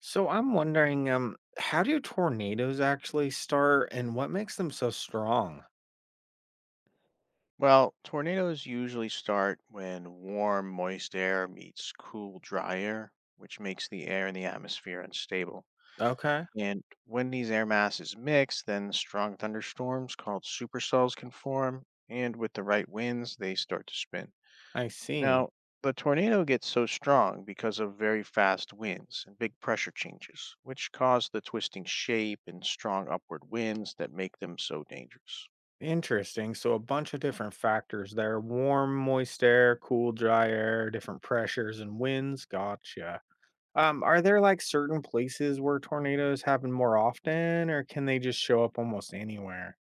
So I'm wondering, how do tornadoes actually start and what makes them so strong? Well, tornadoes usually start when warm, moist air meets cool, dry air, which makes the air in the atmosphere unstable. Okay, And when these air masses mix, then strong thunderstorms called supercells can form, and with the right winds, they start to spin. I see. Now, the tornado gets so strong because of very fast winds and big pressure changes, which cause the twisting shape and strong upward winds that make them so dangerous. Interesting. So a bunch of different factors there: warm, moist air, cool, dry air, different pressures and winds. Gotcha. Are there like certain places where tornadoes happen more often, or can they just show up almost anywhere?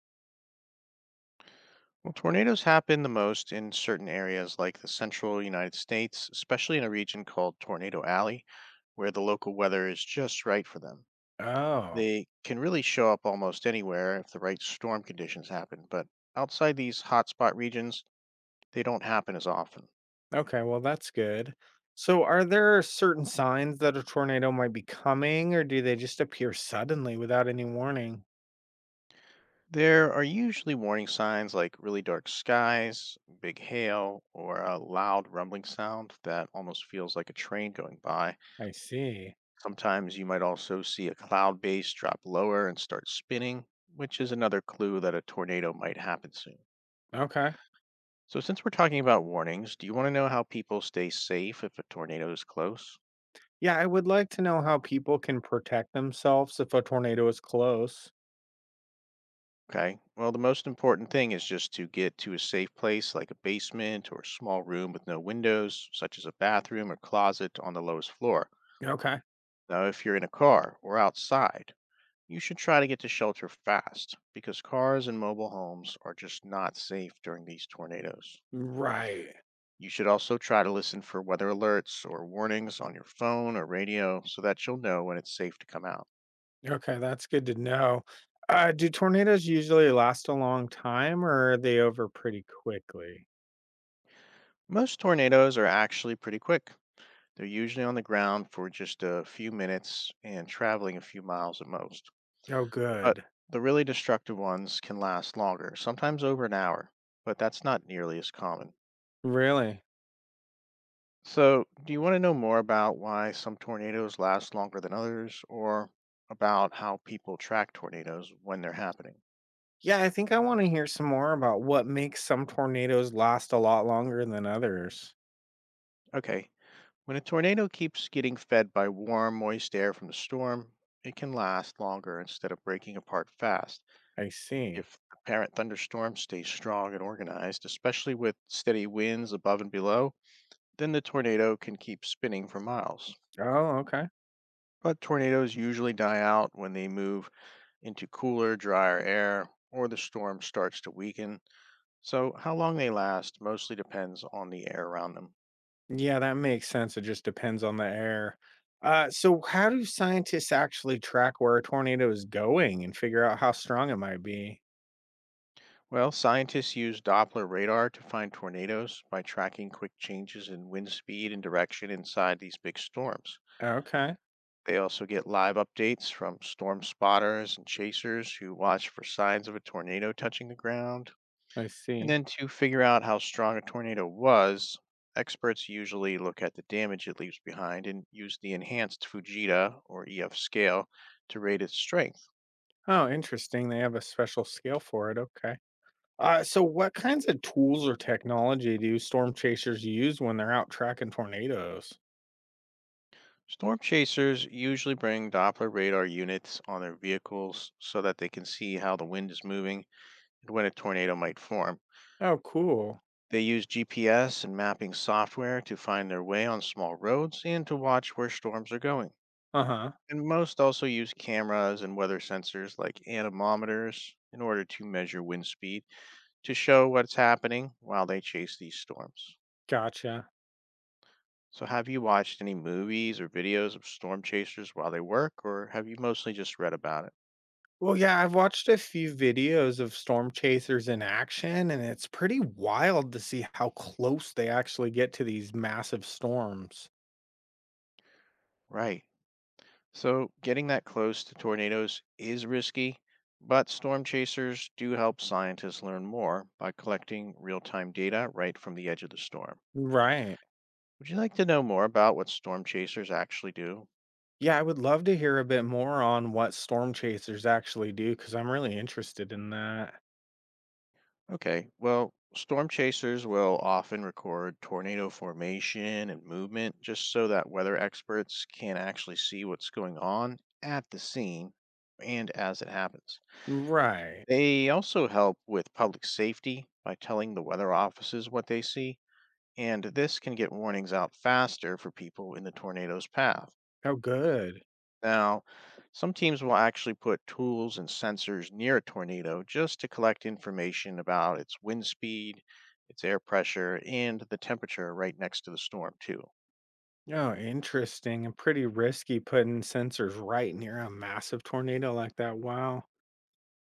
Well, tornadoes happen the most in certain areas like the central United States, especially in a region called Tornado Alley, where the local weather is just right for them. Oh. They can really show up almost anywhere if the right storm conditions happen, but outside these hotspot regions, they don't happen as often. Okay, well, that's good. So, are there certain signs that a tornado might be coming, or do they just appear suddenly without any warning? There are usually warning signs like really dark skies, big hail, or a loud rumbling sound that almost feels like a train going by. I see. Sometimes you might also see a cloud base drop lower and start spinning, which is another clue that a tornado might happen soon. Okay. So, since we're talking about warnings, do you want to know how people stay safe if a tornado is close? Yeah, I would like to know how people can protect themselves if a tornado is close. Okay. Well, the most important thing is just to get to a safe place like a basement or a small room with no windows, such as a bathroom or closet on the lowest floor. Okay. Now, if you're in a car or outside, you should try to get to shelter fast because cars and mobile homes are just not safe during these tornadoes. Right. You should also try to listen for weather alerts or warnings on your phone or radio so that you'll know when it's safe to come out. Okay, that's good to know. Do tornadoes usually last a long time, or are they over pretty quickly? Most tornadoes are actually pretty quick. They're usually on the ground for just a few minutes and traveling a few miles at most. Oh, But good. the really destructive ones can last longer, sometimes over an hour, but that's not nearly as common. Really? So, do you want to know more about why some tornadoes last longer than others, or about how people track tornadoes when they're happening? Yeah, I think I want to hear some more about what makes some tornadoes last a lot longer than others. Okay. When a tornado keeps getting fed by warm, moist air from the storm, it can last longer instead of breaking apart fast. I see. If the parent thunderstorm stays strong and organized, especially with steady winds above and below, then the tornado can keep spinning for miles. Oh, okay. But tornadoes usually die out when they move into cooler, drier air or the storm starts to weaken. So, how long they last mostly depends on the air around them. Yeah, that makes sense. It just depends on the air. How do scientists actually track where a tornado is going and figure out how strong it might be? Well, scientists use Doppler radar to find tornadoes by tracking quick changes in wind speed and direction inside these big storms. Okay, They also get live updates from storm spotters and chasers who watch for signs of a tornado touching the ground. I And see. then to figure out how strong a tornado was, experts usually look at the damage it leaves behind and use the enhanced Fujita or EF scale to rate its strength. Oh, interesting. They have a special scale for it. Okay. What kinds of tools or technology do storm chasers use when they're out tracking tornadoes? Storm chasers usually bring Doppler radar units on their vehicles so that they can see how the wind is moving and when a tornado might form. Oh, cool. They use GPS and mapping software to find their way on small roads and to watch where storms are going. Uh huh. And most also use cameras and weather sensors like anemometers in order to measure wind speed to show what's happening while they chase these storms. Gotcha. So, have you watched any movies or videos of storm chasers while they work, or have you mostly just read about it? Well, yeah, I've watched a few videos of storm chasers in action, and it's pretty wild to see how close they actually get to these massive storms. Right. So getting that close to tornadoes is risky, but storm chasers do help scientists learn more by collecting real time data right from the edge of the storm. Right. Would you like to know more about what storm chasers actually do? Yeah, I would love to hear a bit more on what storm chasers actually do because I'm really interested in that. Okay, well, storm chasers will often record tornado formation and movement just so that weather experts can actually see what's going on at the scene and as it happens. Right. They also help with public safety by telling the weather offices what they see, and this can get warnings out faster for people in the tornado's path. Oh, good. Now, some teams will actually put tools and sensors near a tornado just to collect information about its wind speed, its air pressure, and the temperature right next to the storm, too. Oh, interesting, and pretty risky putting sensors right near a massive tornado like that. Wow.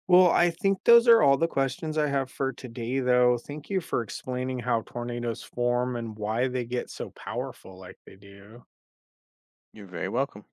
Well, I think those are all the questions I have for today, though. Thank you for explaining how tornadoes form and why they get so powerful like they do. You're very welcome.